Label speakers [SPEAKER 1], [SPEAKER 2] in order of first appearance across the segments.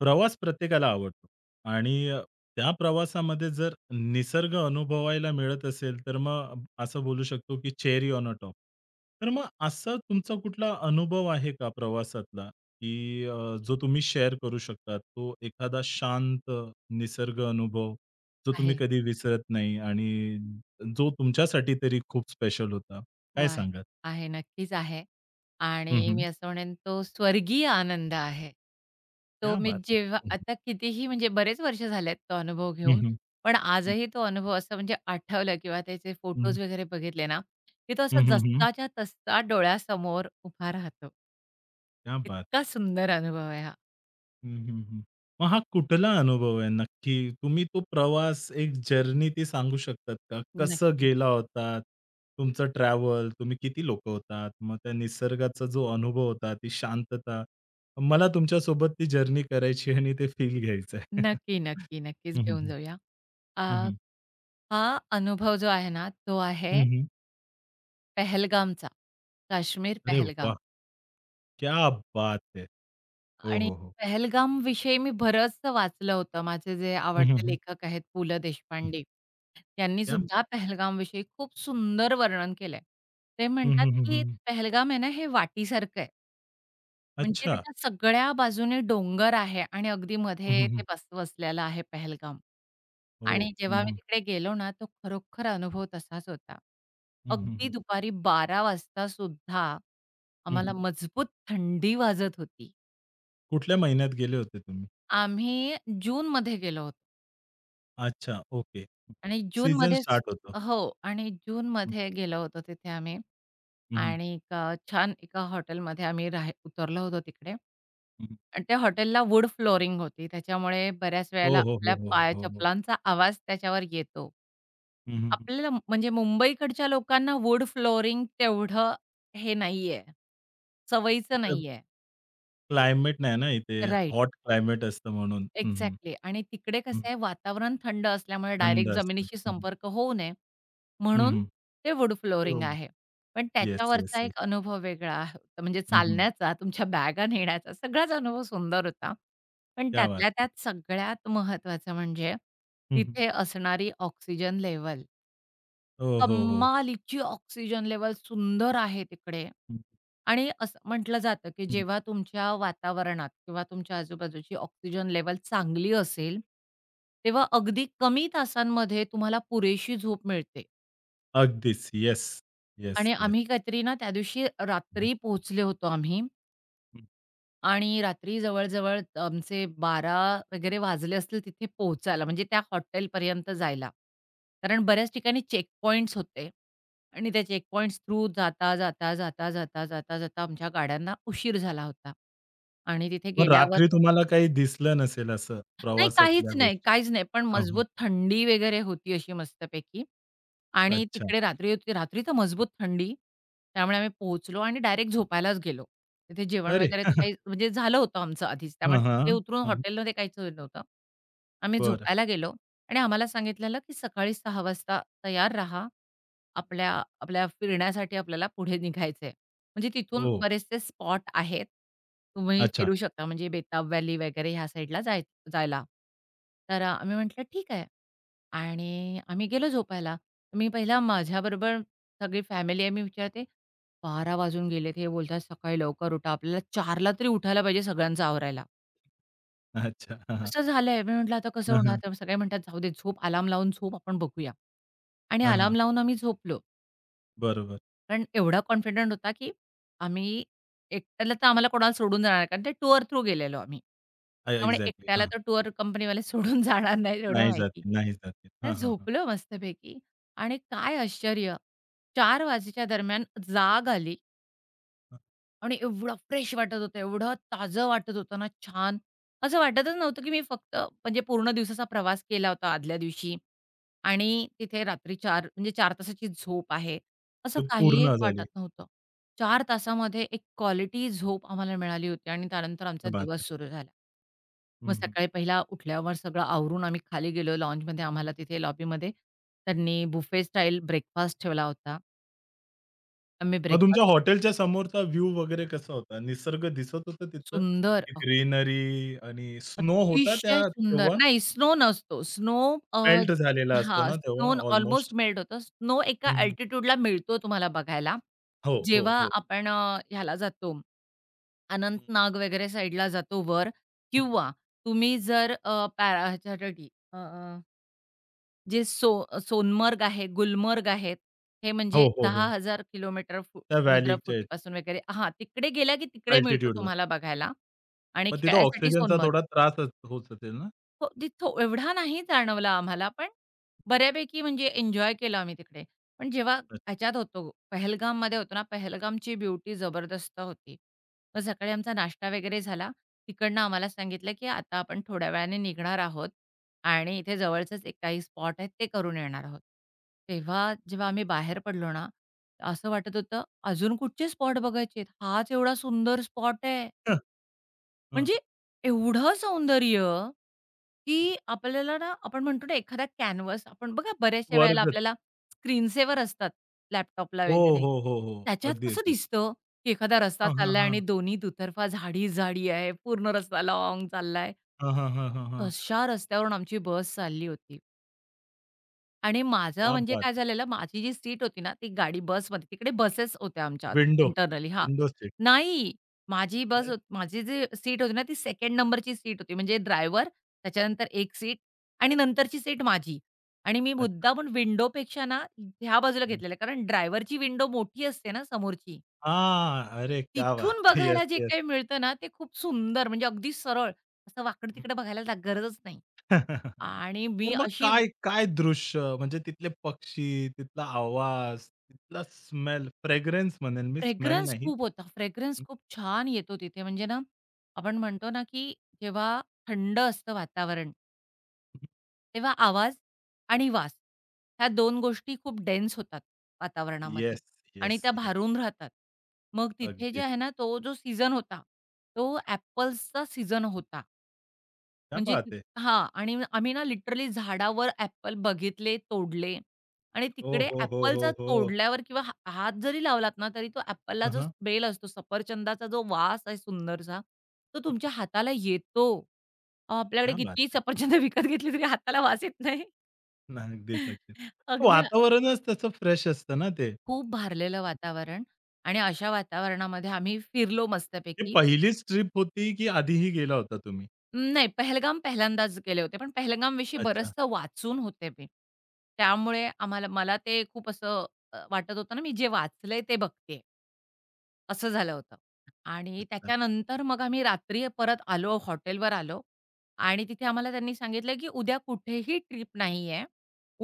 [SPEAKER 1] प्रवास प्रत्येकाला आवडतो आणि त्या प्रवासामध्ये जर निसर्ग अनुभवायला मिळत असेल, तर मग असं बोलू शकतो, की चेरी ऑन अ टॉप. तर मग असा तुमचा कुठला अनुभव आहे का प्रवासातला, जो तुम्ही शेअर करू शकता? तो एखादा शांत निसर्ग अनुभव, जो तुम्ही
[SPEAKER 2] आहे.
[SPEAKER 1] कधी विसरत नाही आणि जो तुमच्यासाठी तरी खूप स्पेशल होता.
[SPEAKER 2] हो,
[SPEAKER 1] काय
[SPEAKER 2] आहे.
[SPEAKER 1] सांगाल?
[SPEAKER 2] नक्कीच आहे.
[SPEAKER 1] हं,
[SPEAKER 2] आणि मी
[SPEAKER 1] हं.
[SPEAKER 2] असं म्हणेन तो स्वर्गीय आनंद आहे. तो
[SPEAKER 1] क्या
[SPEAKER 2] मी
[SPEAKER 1] बात है!
[SPEAKER 2] जेव्हा आता कितीही म्हणजे बरेच वर्ष झालेत तो अनुभव
[SPEAKER 1] हं,
[SPEAKER 2] घेऊन.
[SPEAKER 1] हं. हं,
[SPEAKER 2] पण
[SPEAKER 1] हं.
[SPEAKER 2] आजही तो अनुभव असं म्हणजे आठवलं किंवा त्याचे
[SPEAKER 1] हं, हं.
[SPEAKER 2] फोटोज वगैरे बघितले ना, की तो असा जसाच्या तसा डोळ्यासमोर उभा राहतो.
[SPEAKER 1] क्या बात!
[SPEAKER 2] इतका सुंदर अनुभव आहे हा.
[SPEAKER 1] हं, हं, हं. मग हा कुठला अनुभव आहे नक्की? तुम्ही तो प्रवास एक जर्नी ती सांगू शकतात का? कसं
[SPEAKER 2] नक्की.
[SPEAKER 1] गेला होतात? तुमचं ट्रॅव्हल, तुम्ही किती लोकं होतात? मग त्या निसर्गाचा जो अनुभव होता, ती शांतता. मला तुमच्यासोबत ती जर्नी करायची आणि ते फील घ्यायचं आहे.
[SPEAKER 2] नक्की, नक्की, नक्कीच
[SPEAKER 1] हं, हं,
[SPEAKER 2] घेऊन
[SPEAKER 1] हं.
[SPEAKER 2] जाऊया.
[SPEAKER 1] हं,
[SPEAKER 2] अ,
[SPEAKER 1] हं.
[SPEAKER 2] हा अनुभव जो आहे ना, तो आहे पहलगामचा. काश्मीर,
[SPEAKER 1] अरे वाह!
[SPEAKER 2] पहलगाम.
[SPEAKER 1] क्या बात है! हो,
[SPEAKER 2] आणि
[SPEAKER 1] हो, हो.
[SPEAKER 2] पहलगामविषयी मी बरंचसं वाचलं होतं. माझे जे
[SPEAKER 1] हं, हं,
[SPEAKER 2] आवडते
[SPEAKER 1] हं.
[SPEAKER 2] लेखक आहेत पु. ल. देशपांडे, यांनी
[SPEAKER 1] क्या बात
[SPEAKER 2] सुद्धा
[SPEAKER 1] है!
[SPEAKER 2] पहलगामविषयी खूप सुंदर वर्णन केलंय. ते
[SPEAKER 1] हं,
[SPEAKER 2] म्हणतात,
[SPEAKER 1] हं, हं,
[SPEAKER 2] की
[SPEAKER 1] हं.
[SPEAKER 2] पहलगाम आहे ना, हे वाटीसारखं आहे. म्हणजे
[SPEAKER 1] अच्छा.
[SPEAKER 2] त्याच्या सगळ्या बाजूने डोंगर आहे आणि अगदी
[SPEAKER 1] हं,
[SPEAKER 2] मध्ये
[SPEAKER 1] हं, हं.
[SPEAKER 2] ते बस वसलेलं आहे पहलगाम.
[SPEAKER 1] हो.
[SPEAKER 2] आणि
[SPEAKER 1] हं,
[SPEAKER 2] जेव्हा मी
[SPEAKER 1] हं.
[SPEAKER 2] तिकडे गेलो ना, तो खरोखर अनुभव तसाच होता.
[SPEAKER 1] हं, हं,
[SPEAKER 2] अगदी
[SPEAKER 1] हं.
[SPEAKER 2] दुपारी बारा वाजता सुद्धा आम्हाला मजबूत थंडी वाजत होती.
[SPEAKER 1] कुठल्या महिन्यात गेले होते तुम्ही?
[SPEAKER 2] आम्ही जूनमध्ये गेलो होतो
[SPEAKER 1] अच्छा, ओके.
[SPEAKER 2] आणि
[SPEAKER 1] सीझन
[SPEAKER 2] जूनमध्येच
[SPEAKER 1] स्टार्ट होतं.
[SPEAKER 2] हो आणि
[SPEAKER 1] हं,
[SPEAKER 2] जूनमध्ये गेलो होतो तिथे आम्ही
[SPEAKER 1] हं,
[SPEAKER 2] आणि एका छान एका हॉटेलमध्ये आम्ही उतरलो होतो तिकडे
[SPEAKER 1] हं, हं.
[SPEAKER 2] आणि त्या हॉटेलला वूड फ्लोरिंग होती. त्याच्यामुळे बऱ्याच
[SPEAKER 1] हो,
[SPEAKER 2] वेळेला
[SPEAKER 1] हो, हो,
[SPEAKER 2] आपल्या
[SPEAKER 1] हो,
[SPEAKER 2] पाय
[SPEAKER 1] हो, हो.
[SPEAKER 2] चपलांचा आवाज त्याच्यावर येतो.
[SPEAKER 1] हं, हं, हं.
[SPEAKER 2] आपल्याला म्हणजे मुंबईकडच्या लोकांना वूड फ्लोरिंग तेवढं हे नाहीये, सवयीचं
[SPEAKER 1] तर
[SPEAKER 2] नाहीये.
[SPEAKER 1] क्लायमेट नाही ना इथे
[SPEAKER 2] राइट.
[SPEAKER 1] हॉट क्लायमेट असतं म्हणून. हं, हं,
[SPEAKER 2] एक्झॅक्टली आणि तिकडे
[SPEAKER 1] हं.
[SPEAKER 2] कसं आहे वातावरण थंड असल्यामुळे
[SPEAKER 1] थंड
[SPEAKER 2] डायरेक्ट
[SPEAKER 1] असतं.
[SPEAKER 2] जमिनीशी
[SPEAKER 1] हं, हं.
[SPEAKER 2] संपर्क होऊ नये
[SPEAKER 1] हं,
[SPEAKER 2] म्हणून
[SPEAKER 1] हं.
[SPEAKER 2] ते वुड़
[SPEAKER 1] हो.
[SPEAKER 2] फ्लोरिंग आहे. पण
[SPEAKER 1] येस, येस,
[SPEAKER 2] त्याच्यावरचा
[SPEAKER 1] येस.
[SPEAKER 2] एक अनुभव वेगळा होता. म्हणजे
[SPEAKER 1] हं, हं.
[SPEAKER 2] चालण्याचा, तुमच्या बॅगा नेण्याचा सगळाच अनुभव सुंदर होता. पण
[SPEAKER 1] क्या बात!
[SPEAKER 2] त्यातल्या त्यात सगळ्यात महत्त्वाचं म्हणजे
[SPEAKER 1] हं, हं.
[SPEAKER 2] तिथे असणारी ऑक्सिजन लेव्हल.
[SPEAKER 1] हो, हो, हो, हो.
[SPEAKER 2] कमालीची ऑक्सिजन लेव्हल सुंदर आहे तिकडे.
[SPEAKER 1] हं,
[SPEAKER 2] आणि असं म्हटलं जातं, की
[SPEAKER 1] हं.
[SPEAKER 2] जेव्हा तुमच्या वातावरणात किंवा तुमच्या आजूबाजूची ऑक्सिजन लेव्हल चांगली असेल, तेव्हा अगदी कमी तासांमध्ये तुम्हाला पुरेशी झोप मिळते.
[SPEAKER 1] अगदीच. येस, येस,
[SPEAKER 2] आणि
[SPEAKER 1] येस.
[SPEAKER 2] आम्ही काहीतरी ना, त्या दिवशी
[SPEAKER 1] हं,
[SPEAKER 2] रात्री पोहोचले होतो आम्ही
[SPEAKER 1] हं.
[SPEAKER 2] आणि रात्री जवळ आमचे 12 वगैरे वाजले असतील तिथे पोहोचायला, म्हणजे त्या हॉटेलपर्यंत जायला. कारण बऱ्याच ठिकाणी चेकपॉइंट्स होते आणि त्या चेकपॉइंट्स थ्रू जाता आमच्या गाड्यांना उशीर झाला होता आणि तिथे
[SPEAKER 1] मग
[SPEAKER 2] गेल्यावर
[SPEAKER 1] रात्री तुम्हाला काही दिसलं नसेल असं
[SPEAKER 2] नाही,
[SPEAKER 1] प्रवासातल्या
[SPEAKER 2] काहीच नाही,
[SPEAKER 1] गोष्टी?
[SPEAKER 2] काहीच नाही. पण
[SPEAKER 1] हां, हां.
[SPEAKER 2] मजबूत थंडी वगैरे होती अशी मस्तपैकी आणि
[SPEAKER 1] अच्छा.
[SPEAKER 2] तिकडे रात्री होती. रात्री तर मजबूत थंडी. त्यामुळे आम्ही पोहोचलो आणि डायरेक्ट झोपायलाच गेलो. तिथे जेवण
[SPEAKER 1] अरे!
[SPEAKER 2] वगैरे तर काही म्हणजे झालं होतं आमचं आधीच.
[SPEAKER 1] हां,
[SPEAKER 2] त्यामुळे तिथे
[SPEAKER 1] हां.
[SPEAKER 2] उतरून
[SPEAKER 1] हां,
[SPEAKER 2] हॉटेलमध्ये काहीच झालं नव्हतं. आम्ही
[SPEAKER 1] बरं.
[SPEAKER 2] झोपायला गेलो आणि आम्हाला सांगितलेलं, की सकाळी 6:00 वाजता तयार राहा. आपल्या आपल्या फिरण्यासाठी आपल्याला पुढे निघायचंय. म्हणजे तिथून
[SPEAKER 1] ओह!
[SPEAKER 2] बरेचसे स्पॉट आहेत. तुम्ही
[SPEAKER 1] अच्छा,
[SPEAKER 2] फिरू शकता म्हणजे बेताब व्हॅली वगैरे ह्या साईडला जायचं. जायला. तर आम्ही म्हटलं ठीक आहे आणि आम्ही गेलो झोपायला. मी पहिला माझ्याबरोबर सगळी फॅमिली आहे मी विचारते, 12 वाजून गेलेत. हे बोलतात सकाळी लवकर उठा. आपल्याला 4ला तरी उठायला पाहिजे सगळ्यांचं आवरायला.
[SPEAKER 1] अच्छा. हां, हां.
[SPEAKER 2] असं झालंय. मी म्हटलं आता कसं
[SPEAKER 1] हां,
[SPEAKER 2] होणार?
[SPEAKER 1] हां.
[SPEAKER 2] तर सगळे म्हणतात, "जाऊ दे झोप अलार्म लावून झोप आपण बघूया." आणि
[SPEAKER 1] हां,
[SPEAKER 2] अलार्म
[SPEAKER 1] हां.
[SPEAKER 2] लावून आम्ही झोपलो.
[SPEAKER 1] बरोबर.
[SPEAKER 2] कारण एवढा कॉन्फिडंट होता, की आम्ही एकट्याला तर आम्हाला कोणाला सोडून जाणार नाही. कारण ते टूर थ्रू गेलेलो आम्ही.
[SPEAKER 1] हां,
[SPEAKER 2] त्यामुळे
[SPEAKER 1] एक्झॅक्टली.
[SPEAKER 2] एकट्याला
[SPEAKER 1] हां.
[SPEAKER 2] तर टूर कंपनीवाले सोडून जाणार नाहीत एवढं
[SPEAKER 1] नाही
[SPEAKER 2] माहिती.
[SPEAKER 1] जातील, नाही जातील.
[SPEAKER 2] तर
[SPEAKER 1] हां, हां, हां.
[SPEAKER 2] झोपलो मस्तपैकी आणि काय आश्चर्य! चार वाजेच्या दरम्यान जाग आली.
[SPEAKER 1] हां.
[SPEAKER 2] आणि एवढं फ्रेश वाटत होतं, एवढं ताजं वाटत होतं ना, छान. असं वाटतच नव्हतं, की मी फक्त म्हणजे पूर्ण दिवसाचा प्रवास केला होता आदल्या दिवशी आणि तिथे रात्री 4 म्हणजे चार तासाची झोप आहे, असं
[SPEAKER 1] ते
[SPEAKER 2] काही एक
[SPEAKER 1] पूर्ण
[SPEAKER 2] वाटत
[SPEAKER 1] झाली.
[SPEAKER 2] नव्हतं. 4 तासामध्ये एक क्वालिटी झोप आम्हाला मिळाली होती आणि त्यानंतर आमचा
[SPEAKER 1] क्या बात है!
[SPEAKER 2] दिवस सुरू झाला. मग
[SPEAKER 1] हं, हं.
[SPEAKER 2] सकाळी पहिला उठल्यावर सगळं आवरून आम्ही खाली गेलो लॉन्जमध्ये. आम्हाला तिथे लॉबीमध्ये त्यांनी बुफे स्टाईल ब्रेकफास्ट ठेवला होता. आम्ही
[SPEAKER 1] मग तुमच्या
[SPEAKER 2] ब्रेकफास्ट
[SPEAKER 1] हॉटेलच्या समोरचा व्ह्यू वगैरे कसा होता? निसर्ग दिसत होता तिथलं?
[SPEAKER 2] सुंदर
[SPEAKER 1] ती ग्रीनरी आणि स्नो होता
[SPEAKER 2] अतिशय
[SPEAKER 1] त्या
[SPEAKER 2] सुंदर.
[SPEAKER 1] तेव्हा?
[SPEAKER 2] नाही स्नो नसतो. स्नो अ,
[SPEAKER 1] मेल्ट झालेला असतो ना
[SPEAKER 2] स्नो
[SPEAKER 1] तेव्हा ऑलमोस्ट?
[SPEAKER 2] ऑलमोस्ट मेल्ट होतो. स्नो एका
[SPEAKER 1] हं, हं.
[SPEAKER 2] अल्टिट्यूडला मिळतो तुम्हाला बघायला.
[SPEAKER 1] हो, हो,
[SPEAKER 2] जेव्हा
[SPEAKER 1] हो.
[SPEAKER 2] आपण ह्याला जातो,
[SPEAKER 1] हं,
[SPEAKER 2] अनंतनाग वगैरे साईडला जातो वर
[SPEAKER 1] हं.
[SPEAKER 2] किंवा तुम्ही जर पॅरा ह्याच्यासाठी अ, अ, जे सो सोनमर्ग आहे, गुलमर्ग आहेत. हे म्हणजे
[SPEAKER 1] हो, हो, हो.
[SPEAKER 2] 10,000 किलोमीटर
[SPEAKER 1] त्या व्हॅलीच्या इथे
[SPEAKER 2] समुद्रफुटीपासून वगैरे हां, तिकडे गेला की तिकडे मिळतो
[SPEAKER 1] अल्टिट्यूडवर.
[SPEAKER 2] तुम्हाला बघायला आणि
[SPEAKER 1] मग तिथं
[SPEAKER 2] खेळायसाठी
[SPEAKER 1] ऑक्सिजनचा
[SPEAKER 2] सोनमर्ग.
[SPEAKER 1] थोडा त्रासच होत असेल ना?
[SPEAKER 2] हो, तिथं एवढा नाही जाणवला आम्हाला, पण बऱ्यापैकी म्हणजे एन्जॉय केलं आम्ही तिकडे. पण जेव्हा ह्याच्यात होतो, पहलगाममध्ये होतो ना, पहलगामची ब्युटी जबरदस्त होती. मग सकाळी आमचा नाश्ता वगैरे झाला. तिकडनं आम्हाला सांगितलं, की आता आपण थोड्या वेळाने निघणार आहोत आणि इथे जवळचंच एक काही स्पॉट आहेत, ते करून येणार आहोत. तेव्हा जेव्हा आम्ही बाहेर पडलो ना, असं वाटत होतं, अजून कुठचे स्पॉट बघायचे हाच एवढा सुंदर स्पॉट आहे.
[SPEAKER 1] अच्छा. हं, हं.
[SPEAKER 2] म्हणजे एवढं सौंदर्य, की आपल्याला ना आपण म्हणतो ना एखादा कॅनव्हास आपण बघा बऱ्याचशा वेळेला
[SPEAKER 1] स्वर्ग
[SPEAKER 2] आपल्याला स्क्रीन सेव्हर असतात लॅपटॉपला
[SPEAKER 1] हो,
[SPEAKER 2] वगैरे.
[SPEAKER 1] हो, हो, हो.
[SPEAKER 2] त्याच्यात
[SPEAKER 1] अगदी,
[SPEAKER 2] कसं
[SPEAKER 1] अगदी.
[SPEAKER 2] दिसतं, की एखादा रस्ता
[SPEAKER 1] हां, हां,
[SPEAKER 2] चाललाय आणि
[SPEAKER 1] हां.
[SPEAKER 2] दोन्ही दुतर्फा झाडी-झाडी आहे, पूर्ण रस्ता लाँग चाललाय.
[SPEAKER 1] हां, हां, हां, हां, हां.
[SPEAKER 2] तशा रस्त्यावरून आमची बस चालली होती. आणि माझं
[SPEAKER 1] क्या
[SPEAKER 2] म्हणजे
[SPEAKER 1] बात
[SPEAKER 2] काय
[SPEAKER 1] है!
[SPEAKER 2] झालेलं, माझी जी सीट होती ना, ती गाडी बसमध्ये तिकडे बसेस होत्या आमच्या
[SPEAKER 1] विंडो.
[SPEAKER 2] इंटरनली हां.
[SPEAKER 1] Window seat.
[SPEAKER 2] नाही,
[SPEAKER 1] हं.
[SPEAKER 2] माझी जी सीट होती ना, ती 2nd नंबरची सीट होती. म्हणजे ड्रायव्हर, त्याच्यानंतर एक सीट आणि नंतरची सीट माझी. आणि मी
[SPEAKER 1] अच्छा.
[SPEAKER 2] मुद्दामून विंडोपेक्षा ना, ह्या बाजूला
[SPEAKER 1] हं.
[SPEAKER 2] घेतलेलं. कारण ड्रायव्हरची विंडो मोठी असते ना समोरची.
[SPEAKER 1] हां. अरे क्या बात है!
[SPEAKER 2] तिथून
[SPEAKER 1] येस,
[SPEAKER 2] बघायला जे
[SPEAKER 1] येस.
[SPEAKER 2] काही मिळतं ना, ते खूप सुंदर म्हणजे अगदी सरळ. असं
[SPEAKER 1] हं.
[SPEAKER 2] वाकडं-तिकडं गरजच नाही. आणि
[SPEAKER 1] तर
[SPEAKER 2] मी
[SPEAKER 1] मग
[SPEAKER 2] अशी
[SPEAKER 1] काय काय दृश्य म्हणजे तिथले पक्षी, तिथला आवाज, तिथला स्मेल, फ्रेग्रन्स म्हणेल मी, स्मेल
[SPEAKER 2] फ्रेग्रन्स
[SPEAKER 1] नाही.
[SPEAKER 2] खूप होता. फ्रेग्रन्स
[SPEAKER 1] हं,
[SPEAKER 2] खूप छान येतो तिथे म्हणजे ना, आपण म्हणतो ना, की जेव्हा थंड असतं वातावरण,
[SPEAKER 1] हं.
[SPEAKER 2] तेव्हा आवाज आणि वास ह्या दोन गोष्टी खूप डेन्स होतात वातावरणामध्ये
[SPEAKER 1] येस,
[SPEAKER 2] आणि
[SPEAKER 1] येस,
[SPEAKER 2] त्या
[SPEAKER 1] येस.
[SPEAKER 2] भारून राहतात. मग तिथे जे
[SPEAKER 1] अगदी.
[SPEAKER 2] आहे ना, तो जो सीझन होता, तो ॲपल्सचा सीझन होता.
[SPEAKER 1] क्या
[SPEAKER 2] म्हणजे ती
[SPEAKER 1] बात है!
[SPEAKER 2] हां. आणि आम्ही ना लिटरली झाडावर ॲपल बघितले, तोडले आणि
[SPEAKER 1] हो,
[SPEAKER 2] तिकडे
[SPEAKER 1] हो, हो, हो,
[SPEAKER 2] ॲपलचा
[SPEAKER 1] हो.
[SPEAKER 2] तोडल्यावर किंवा हा हात जरी लावलात ना, तरी तो ॲपलला
[SPEAKER 1] हां,
[SPEAKER 2] जो
[SPEAKER 1] हां.
[SPEAKER 2] स्मेल असतो, सफरचंदाचा जो वास आहे सुंदरसा, तो तुमच्या हाताला येतो. आपल्याकडे
[SPEAKER 1] क्या बात
[SPEAKER 2] कितीही
[SPEAKER 1] है!
[SPEAKER 2] सफरचंद विकत घेतली तरी हाताला वास येत नाही.
[SPEAKER 1] अगदीच, अगदीच.
[SPEAKER 2] अगदी
[SPEAKER 1] वातावरणच तसं फ्रेश असतं ना ते.
[SPEAKER 2] खूप भारलेलं वातावरण आणि अशा वातावरणामध्ये आम्ही फिरलो
[SPEAKER 1] ती
[SPEAKER 2] मस्तपैकी.
[SPEAKER 1] पहिलीच ट्रिप होती, की आधीही गेला होता तुम्ही?
[SPEAKER 2] नाही, पहलगाम पहिल्यांदाच गेले होते. पण पहलगामविषयी
[SPEAKER 1] अच्छा,
[SPEAKER 2] बरचसं वाचून होते मी. त्यामुळे मला ते खूप असं वाटत होतं ना, मी जे वाचलंय ते बघतेय. असं झालं होतं. आणि
[SPEAKER 1] अच्छा.
[SPEAKER 2] त्याच्यानंतर मग आम्ही रात्री परत आलो, हॉटेलवर आलो आणि तिथे आम्हाला त्यांनी सांगितलं, की उद्या कुठेही ट्रिप नाही आहे.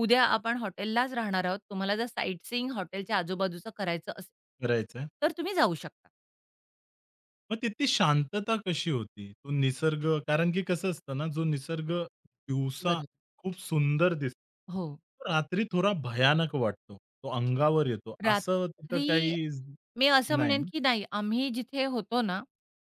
[SPEAKER 2] उद्या आपण हॉटेललाच राहणार आहोत. तुम्हाला जर साइट सीइंग हॉटेलच्या आजूबाजूचं करायचं असेल,
[SPEAKER 1] करायचंय.
[SPEAKER 2] तर तुम्ही जाऊ शकता.
[SPEAKER 1] मग तिथली शांतता कशी होती? तो निसर्ग कारण की कसं असतं ना, जो निसर्ग दिवसा
[SPEAKER 2] बरोबर.
[SPEAKER 1] खूप सुंदर
[SPEAKER 2] हो.
[SPEAKER 1] दिसतो, रात्री थोडा भयानक वाटतो. तो अंगावर येतो. असं तिथं
[SPEAKER 2] रात्री
[SPEAKER 1] काही
[SPEAKER 2] मी असं
[SPEAKER 1] नाही
[SPEAKER 2] म्हणेन,
[SPEAKER 1] ना?
[SPEAKER 2] की नाही आम्ही जिथे होतो ना,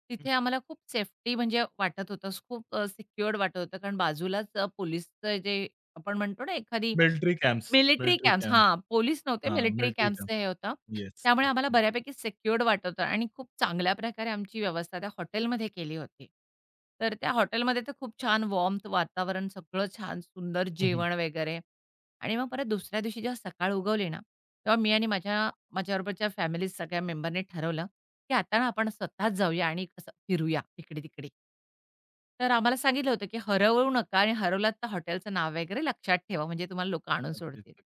[SPEAKER 2] तिथे आम्हाला खूप सेफ्टी म्हणजे वाटत होतं. खूप सिक्युअर्ड वाटत होतं. कारण बाजूलाच पोलिसचं जे आपण म्हणतो ना एखादी
[SPEAKER 1] military camps,
[SPEAKER 2] military
[SPEAKER 1] military
[SPEAKER 2] camps
[SPEAKER 1] camp.
[SPEAKER 2] हां, पोलीस नव्हते,
[SPEAKER 1] हां,
[SPEAKER 2] मिलिटरी
[SPEAKER 1] मिलिटरी कॅम्प.
[SPEAKER 2] कॅम्प्सचं हे होतं.
[SPEAKER 1] येस.
[SPEAKER 2] त्यामुळे
[SPEAKER 1] येस.
[SPEAKER 2] आम्हाला
[SPEAKER 1] हं,
[SPEAKER 2] बऱ्यापैकी सिक्युअर्ड वाटत होतं आणि खूप चांगल्या प्रकारे आमची व्यवस्था त्या हॉटेलमध्ये केली होती. तर त्या हॉटेलमध्ये तर खूप छान वॉर्म्थ वातावरण, सगळं छान सुंदर
[SPEAKER 1] हं.
[SPEAKER 2] जेवण वगैरे आणि मग परत दुसऱ्या दिवशी जेव्हा सकाळ उगवली ना, तेव्हा मी आणि माझ्याबरोबरच्या फॅमिली सगळ्या मेंबरनी ठरवलं, की आता ना आपण स्वतःच जाऊया आणि असं फिरूया इकडे-तिकडे. तर आम्हाला सांगितलं होतं, की हरवू नका आणि हरवलात तर हॉटेलचं नाव वगैरे लक्षात ठेवा, म्हणजे तुम्हाला लोकं आणून
[SPEAKER 1] नक्कीच,
[SPEAKER 2] सोडतील.
[SPEAKER 1] नक्कीच.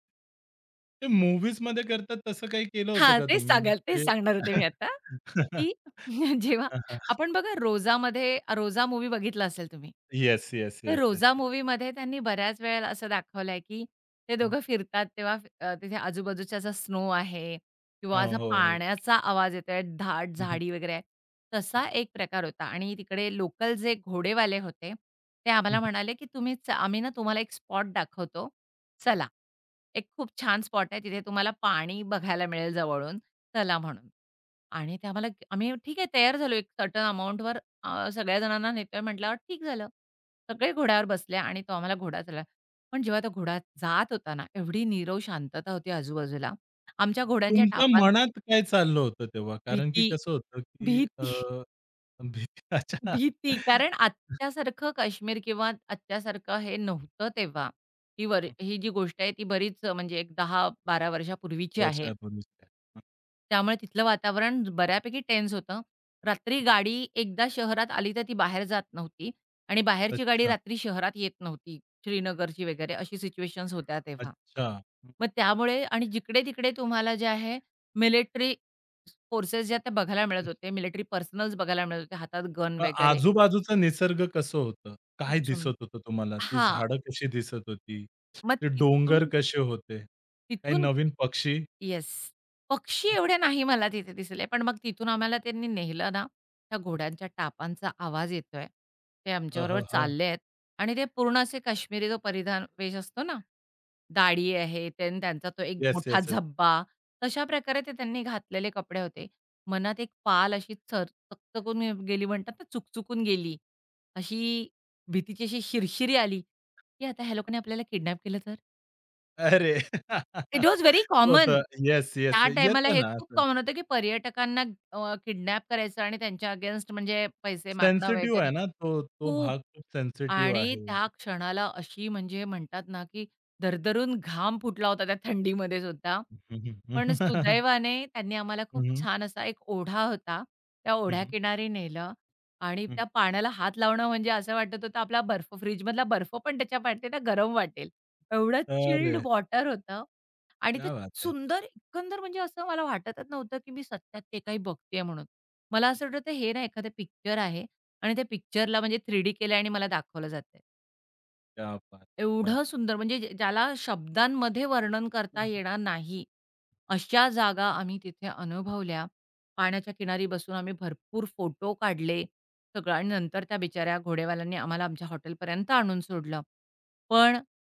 [SPEAKER 1] ते मूव्हीजमध्ये करतात तसं काही केलं होतं
[SPEAKER 2] हां,
[SPEAKER 1] का
[SPEAKER 2] तेच
[SPEAKER 1] तुम्ही?
[SPEAKER 2] सांगाल तेच
[SPEAKER 1] ते
[SPEAKER 2] सांगणार होते मी आता, की जेव्हा आपण बघा रोजा मूवी बघितला असेल तुम्ही.
[SPEAKER 1] येस, येस,
[SPEAKER 2] तर
[SPEAKER 1] येस, येस.
[SPEAKER 2] रोजा मूव्हीमध्ये त्यांनी बऱ्याच वेळेला असं दाखवलंय, की ते दोघं फिरतात तेव्हा तिथे आजूबाजूचा असा स्नो आहे
[SPEAKER 1] हो,
[SPEAKER 2] किंवा असा
[SPEAKER 1] हो.
[SPEAKER 2] पाण्याचा आवाज येतोय, दाट
[SPEAKER 1] हं, हं,
[SPEAKER 2] झाडी वगैरे आहे.
[SPEAKER 1] हं,
[SPEAKER 2] तसा एक प्रकार होता आणि तिकडे लोकल जे घोडेवाले होते, ते आम्हाला म्हणाले, की आम्ही ना तुम्हाला एक स्पॉट दाखवतो, चला. एक खूप छान स्पॉट आहे, तिथे तुम्हाला पाणी बघायला मिळेल जवळून, चला म्हणून. आणि ते आम्हाला आम्ही ठीक आहे तयार झालो एक सर्टन अमाउंटवर सगळ्या जणांना नेतोय म्हटल्यावर ठीक झालं. सगळे घोड्यावर बसले आणि तो आम्हाला घोडा चालवायला पण जेव्हा तो घोडा जात होता ना, एवढी नीरव शांतता होती आजूबाजूला. आमच्या घोड्यांच्या
[SPEAKER 1] तुमच्या
[SPEAKER 2] टापांचे
[SPEAKER 1] मनात काय चाललं होतं तेव्हा? कारण की
[SPEAKER 2] भीती,
[SPEAKER 1] कसं होतं,
[SPEAKER 2] भीती,
[SPEAKER 1] भीतीच्या
[SPEAKER 2] भीती कारण आत्तासारखं काश्मीर किंवा आत्तासारखं हे नव्हतं तेव्हा. ही जी गोष्ट आहे ती बरीच म्हणजे एक 10-12 वर्षापूर्वीची आहे.
[SPEAKER 1] वर्षापूर्वीच्या.
[SPEAKER 2] त्यामुळे तिथलं वातावरण बऱ्यापैकी टेन्स होतं. रात्री गाडी एकदा शहरात आली तर ती बाहेर जात नव्हती आणि बाहेरची गाडी
[SPEAKER 1] अच्छा,
[SPEAKER 2] रात्री शहरात येत नव्हती. श्रीनगरची वगैरे अशी सिच्युएशन्स होत्या तेव्हा.
[SPEAKER 1] अच्छा.
[SPEAKER 2] मग त्यामुळे आणि जिकडे-तिकडे तुम्हाला जे आहे मिलिटरी फोर्सेस ज्या त्या बघायला मिळत होते. मिलिटरी पर्सनल्स बघायला मिळत होते. हातात गन
[SPEAKER 1] मग
[SPEAKER 2] वगैरे
[SPEAKER 1] आजूबाजूचं निसर्ग कसं होतं?
[SPEAKER 2] खूप
[SPEAKER 1] काय
[SPEAKER 2] सुंदर.
[SPEAKER 1] दिसत होतं तुम्हाला? ती
[SPEAKER 2] हां.
[SPEAKER 1] झाडं कशी दिसत होती?
[SPEAKER 2] मग
[SPEAKER 1] ते डोंगर
[SPEAKER 2] तिथून
[SPEAKER 1] कसे होते? काही
[SPEAKER 2] तिथून
[SPEAKER 1] नवीन पक्षी?
[SPEAKER 2] येस. पक्षी एवढे नाही मला तिथे दिसले. पण मग तिथून आम्हाला त्यांनी नेलं ना, त्या घोड्यांच्या टापांचा आवाज येतोय. ते
[SPEAKER 1] हं,
[SPEAKER 2] आमच्याबरोबर
[SPEAKER 1] हं, हं.
[SPEAKER 2] चालले आहेत आणि ते पूर्ण असे काश्मीरी जो परिधान वेश असतो ना, दाढी आहे त्यांचा तो एक
[SPEAKER 1] येस,
[SPEAKER 2] मोठा
[SPEAKER 1] येस, येस.
[SPEAKER 2] झब्बा, तशा प्रकारे ते त्यांनी घातलेले कपडे होते. मनात एक पाल अशी चकचकून गेली म्हणतात ना, चुकचुकून गेली. अशी भीतीची अशी शिरशिरी आली, की आता ह्या लोकांनी आपल्याला किडनॅप केलं तर?
[SPEAKER 1] अरे!
[SPEAKER 2] It was very common.
[SPEAKER 1] होतं. Yes, yes.
[SPEAKER 2] त्या टाईमाला
[SPEAKER 1] येतं
[SPEAKER 2] हे
[SPEAKER 1] ना
[SPEAKER 2] खूप
[SPEAKER 1] असं.
[SPEAKER 2] कॉमन होतं, की पर्यटकांना किडनॅप करायचं आणि त्यांच्या अगेन्स्ट म्हणजे पैसे मागणं
[SPEAKER 1] सेन्सिटिव्ह आहे
[SPEAKER 2] वगैरे.
[SPEAKER 1] ना तो, तो
[SPEAKER 2] खूप.
[SPEAKER 1] भाग खूप सेन्सिटिव्ह
[SPEAKER 2] आणि
[SPEAKER 1] आहे.
[SPEAKER 2] त्या क्षणाला अशी म्हणजे म्हणतात ना, की दरदरून घाम फुटला होता त्या थंडीमध्ये सुद्धा.
[SPEAKER 1] हं, हं,
[SPEAKER 2] पण
[SPEAKER 1] हं.
[SPEAKER 2] सुदैवाने त्यांनी आम्हाला खूप
[SPEAKER 1] हं, हं.
[SPEAKER 2] छान असा एक ओढा होता. त्या
[SPEAKER 1] हं, हं.
[SPEAKER 2] ओढ्याकिनारी नेलं आणि
[SPEAKER 1] हं.
[SPEAKER 2] त्या पाण्याला हात लावणं म्हणजे असं वाटत होतं आपला बर्फ फ्रिजमधला बर्फ पण त्याच्या पाठीला गरम वाटेल. एवढं
[SPEAKER 1] अरे!
[SPEAKER 2] चिल्ड वॉटर होतं आणि ते
[SPEAKER 1] क्या बात है!
[SPEAKER 2] सुंदर एकंदर म्हणजे असं मला वाटतच नव्हतं, की मी सत्यात ते काही बघतेय म्हणून. मला असं वाटत हे ना एखादं पिक्चर आहे. आणि त्या पिक्चरला म्हणजे 3D केलं आहे आणि मला दाखवलं जातंय.
[SPEAKER 1] क्या बात! क्या बात!
[SPEAKER 2] एवढं सुंदर म्हणजे ज्याला शब्दांमध्ये वर्णन
[SPEAKER 1] हं,
[SPEAKER 2] करता
[SPEAKER 1] हं.
[SPEAKER 2] येणार नाही, अशा जागा आम्ही तिथे अनुभवल्या. पाण्याच्या किनारी बसून आम्ही भरपूर फोटो काढले, सगळं आणि नंतर त्या बिचाऱ्या घोडेवाल्यांनी आम्हाला आमच्या हॉटेलपर्यंत आणून सोडलं. पण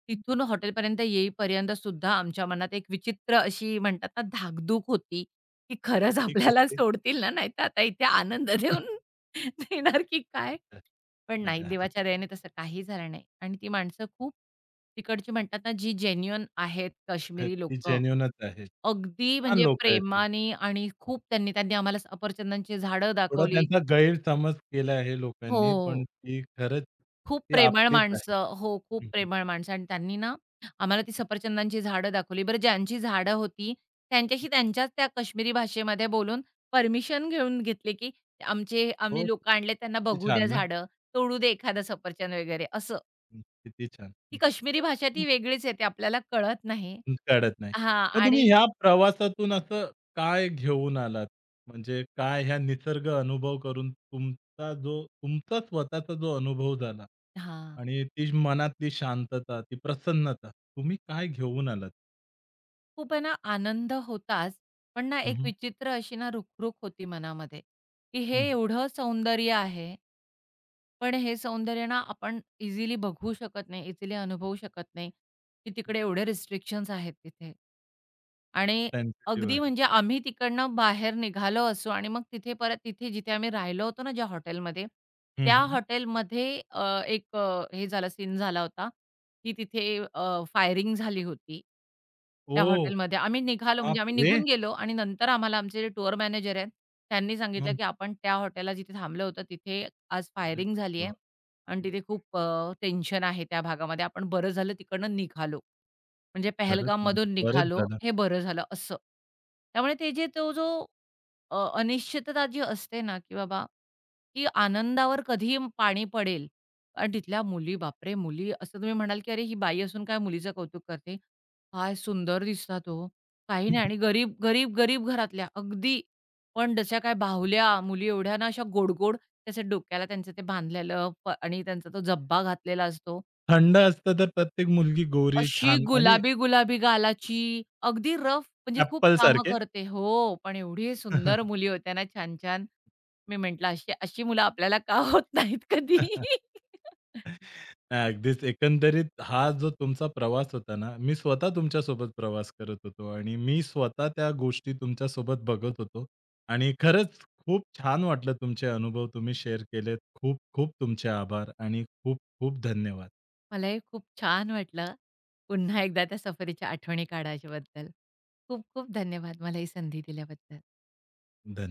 [SPEAKER 2] तिथून हॉटेलपर्यंत येईपर्यंत सुद्धा आमच्या मनात एक विचित्र अशी म्हणतात ना धाकधूक होती, की खरंच आपल्याला
[SPEAKER 1] ही
[SPEAKER 2] सोडतील ना, नाहीतर आता इथे आनंद देऊन देणार की काय? पण नाही,
[SPEAKER 1] नाही.
[SPEAKER 2] देवाच्या दयेने तसं काही झालं नाही आणि ती माणसं खूप तिकडची म्हणतात ना, जी जेन्युइन आहेत
[SPEAKER 1] आहेत,
[SPEAKER 2] काश्मीरी
[SPEAKER 1] ती
[SPEAKER 2] लोक,
[SPEAKER 1] जेन्युइनच आहे.
[SPEAKER 2] अगदी
[SPEAKER 1] छान
[SPEAKER 2] म्हणजे
[SPEAKER 1] लोकं आहेत ती.
[SPEAKER 2] प्रेमाने आणि खूप त्यांनी त्यांनी आम्हाला सफरचंदांची झाडं
[SPEAKER 1] थोडा
[SPEAKER 2] दाखवली.
[SPEAKER 1] त्यांचा गैरसमज केला आहे लोकांनी, पण
[SPEAKER 2] हो,
[SPEAKER 1] ती खरंच
[SPEAKER 2] खूप
[SPEAKER 1] ती
[SPEAKER 2] प्रेमळ
[SPEAKER 1] आपलीच आहे.
[SPEAKER 2] माणसं. हो, खूप
[SPEAKER 1] हं, हं.
[SPEAKER 2] प्रेमळ माणसं आणि त्यांनी ना, आम्हाला ती सफरचंदांची झाडं दाखवली. बरं ज्यांची झाडं होती,
[SPEAKER 1] हं.
[SPEAKER 2] त्यांच्याशी त्यांच्याच त्या काश्मीरी भाषेमध्ये बोलून परमिशन घेऊन घेतली, की आमचे
[SPEAKER 1] हो,
[SPEAKER 2] आम्ही लोकं
[SPEAKER 1] किती
[SPEAKER 2] आणले त्यांना बघू द्या
[SPEAKER 1] छान ना?
[SPEAKER 2] झाडं, तोडू दे एखादं सफरचंद वगैरे असं.
[SPEAKER 1] हं, किती छान.
[SPEAKER 2] ती
[SPEAKER 1] हं,
[SPEAKER 2] काश्मीरी भाषा ती
[SPEAKER 1] हं.
[SPEAKER 2] वेगळीच येते, आपल्याला कळत नाही.
[SPEAKER 1] हं, कळत नाही.
[SPEAKER 2] हां
[SPEAKER 1] मग तुम्ही
[SPEAKER 2] आणि
[SPEAKER 1] ह्या प्रवासातून असं काय घेऊन आलात? म्हणजे काय ह्या निसर्ग अनुभव करून तुमचा जो तुमचा स्वतःचा जो अनुभव झाला
[SPEAKER 2] हां.
[SPEAKER 1] आणि ती मनातली शांतता, ती प्रसन्नता तुम्ही काय घेऊन आलात?
[SPEAKER 2] खूप आहे ना आनंद होताच, पण ना
[SPEAKER 1] हं,
[SPEAKER 2] एक
[SPEAKER 1] हं.
[SPEAKER 2] विचित्र अशी ना रुखरुख होती मनामध्ये, की हे
[SPEAKER 1] हं, हं.
[SPEAKER 2] एवढं सौंदर्य आहे, पण हे सौंदर्य ना आपण इझिली बघू शकत नाही, इझिली अनुभवू शकत नाही, की तिकडे एवढे रिस्ट्रिक्शन्स आहेत तिथे. आणि
[SPEAKER 1] सेन्सिटिव्ह
[SPEAKER 2] अगदी
[SPEAKER 1] आहे.
[SPEAKER 2] म्हणजे आम्ही तिकडनं बाहेर निघालो असू आणि मग तिथे परत तिथे जिथे आम्ही राहिलो होतो ना ज्या हॉटेलमध्ये,
[SPEAKER 1] हं,
[SPEAKER 2] त्या
[SPEAKER 1] हं.
[SPEAKER 2] हॉटेलमध्ये हे झालं सीन झाला होता, की तिथे फायरिंग झाली होती. त्या
[SPEAKER 1] ओह!
[SPEAKER 2] हॉटेलमध्ये आम्ही निघालो म्हणजे आम्ही
[SPEAKER 1] बापरे!
[SPEAKER 2] निघून गेलो आणि नंतर आम्हाला आमचे जे टूर मॅनेजर आहेत, त्यांनी सांगितलं,
[SPEAKER 1] हं.
[SPEAKER 2] की "आपण त्या हॉटेलला जिथे थांबलं होतं तिथे आज
[SPEAKER 1] अरे
[SPEAKER 2] फायरिंग झाली आहे
[SPEAKER 1] देवा!
[SPEAKER 2] आणि तिथे खूप टेन्शन आहे त्या भागामध्ये. आपण बरं झालं तिकडनं निघालो." म्हणजे
[SPEAKER 1] खरंच म्हणजे
[SPEAKER 2] पहलगाममधून
[SPEAKER 1] बरंच
[SPEAKER 2] निघालो,
[SPEAKER 1] झालं.
[SPEAKER 2] हे बरं झालं असं. त्यामुळे ते जे तो जो अ, अनिश्चितता जी असते ना, की बाबा की आनंदावर कधी पाणी पडेल. कारण तिथल्या मुली, बापरे! मुली असं तुम्ही म्हणाल, की "अरे, ही बाई असून काय मुलीचं कौतुक करते? काय सुंदर दिसतात ओ." काही नाही आणि गरीब गरीब गरीब घरातल्या अगदी. पण जशा काय बाहुल्या मुली एवढ्या ना, अशा गोड-गोड त्याच्या डोक्याला त्यांचं ते बांधलेलं आणि त्यांचा तो जब्बा घातलेला असतो.
[SPEAKER 1] थंड असतं तर प्रत्येक मुलगी गोरी,
[SPEAKER 2] अशी
[SPEAKER 1] छान आणि
[SPEAKER 2] गुलाबी-गुलाबी गालाची, अगदी रफ म्हणजे खूप कामं
[SPEAKER 1] ॲपलसारखे.
[SPEAKER 2] करते. हो, पण एवढी सुंदर मुली होत्या ना छान-छान. मी म्हटलं अशी अशी मुलं आपल्याला का होत नाहीत
[SPEAKER 1] नाही
[SPEAKER 2] कधी?
[SPEAKER 1] अगदीच एकंदरीत हा जो तुमचा प्रवास होता ना, मी स्वतः तुमच्यासोबत प्रवास करत होतो आणि मी स्वतः त्या गोष्टी तुमच्यासोबत बघत होतो आणि खरंच खूप छान वाटलं तुमचे अनुभव तुम्ही शेअर केलेत. खूप खूप तुमचे आभार आणि खूप खूप धन्यवाद.
[SPEAKER 2] मला हे खूप छान वाटलं. पुन्हा एकदा त्या सफरीच्या आठवणी काढायच्याबद्दल. खूप खूप धन्यवाद मला ही संधी दिल्याबद्दल.
[SPEAKER 1] धन्यवाद.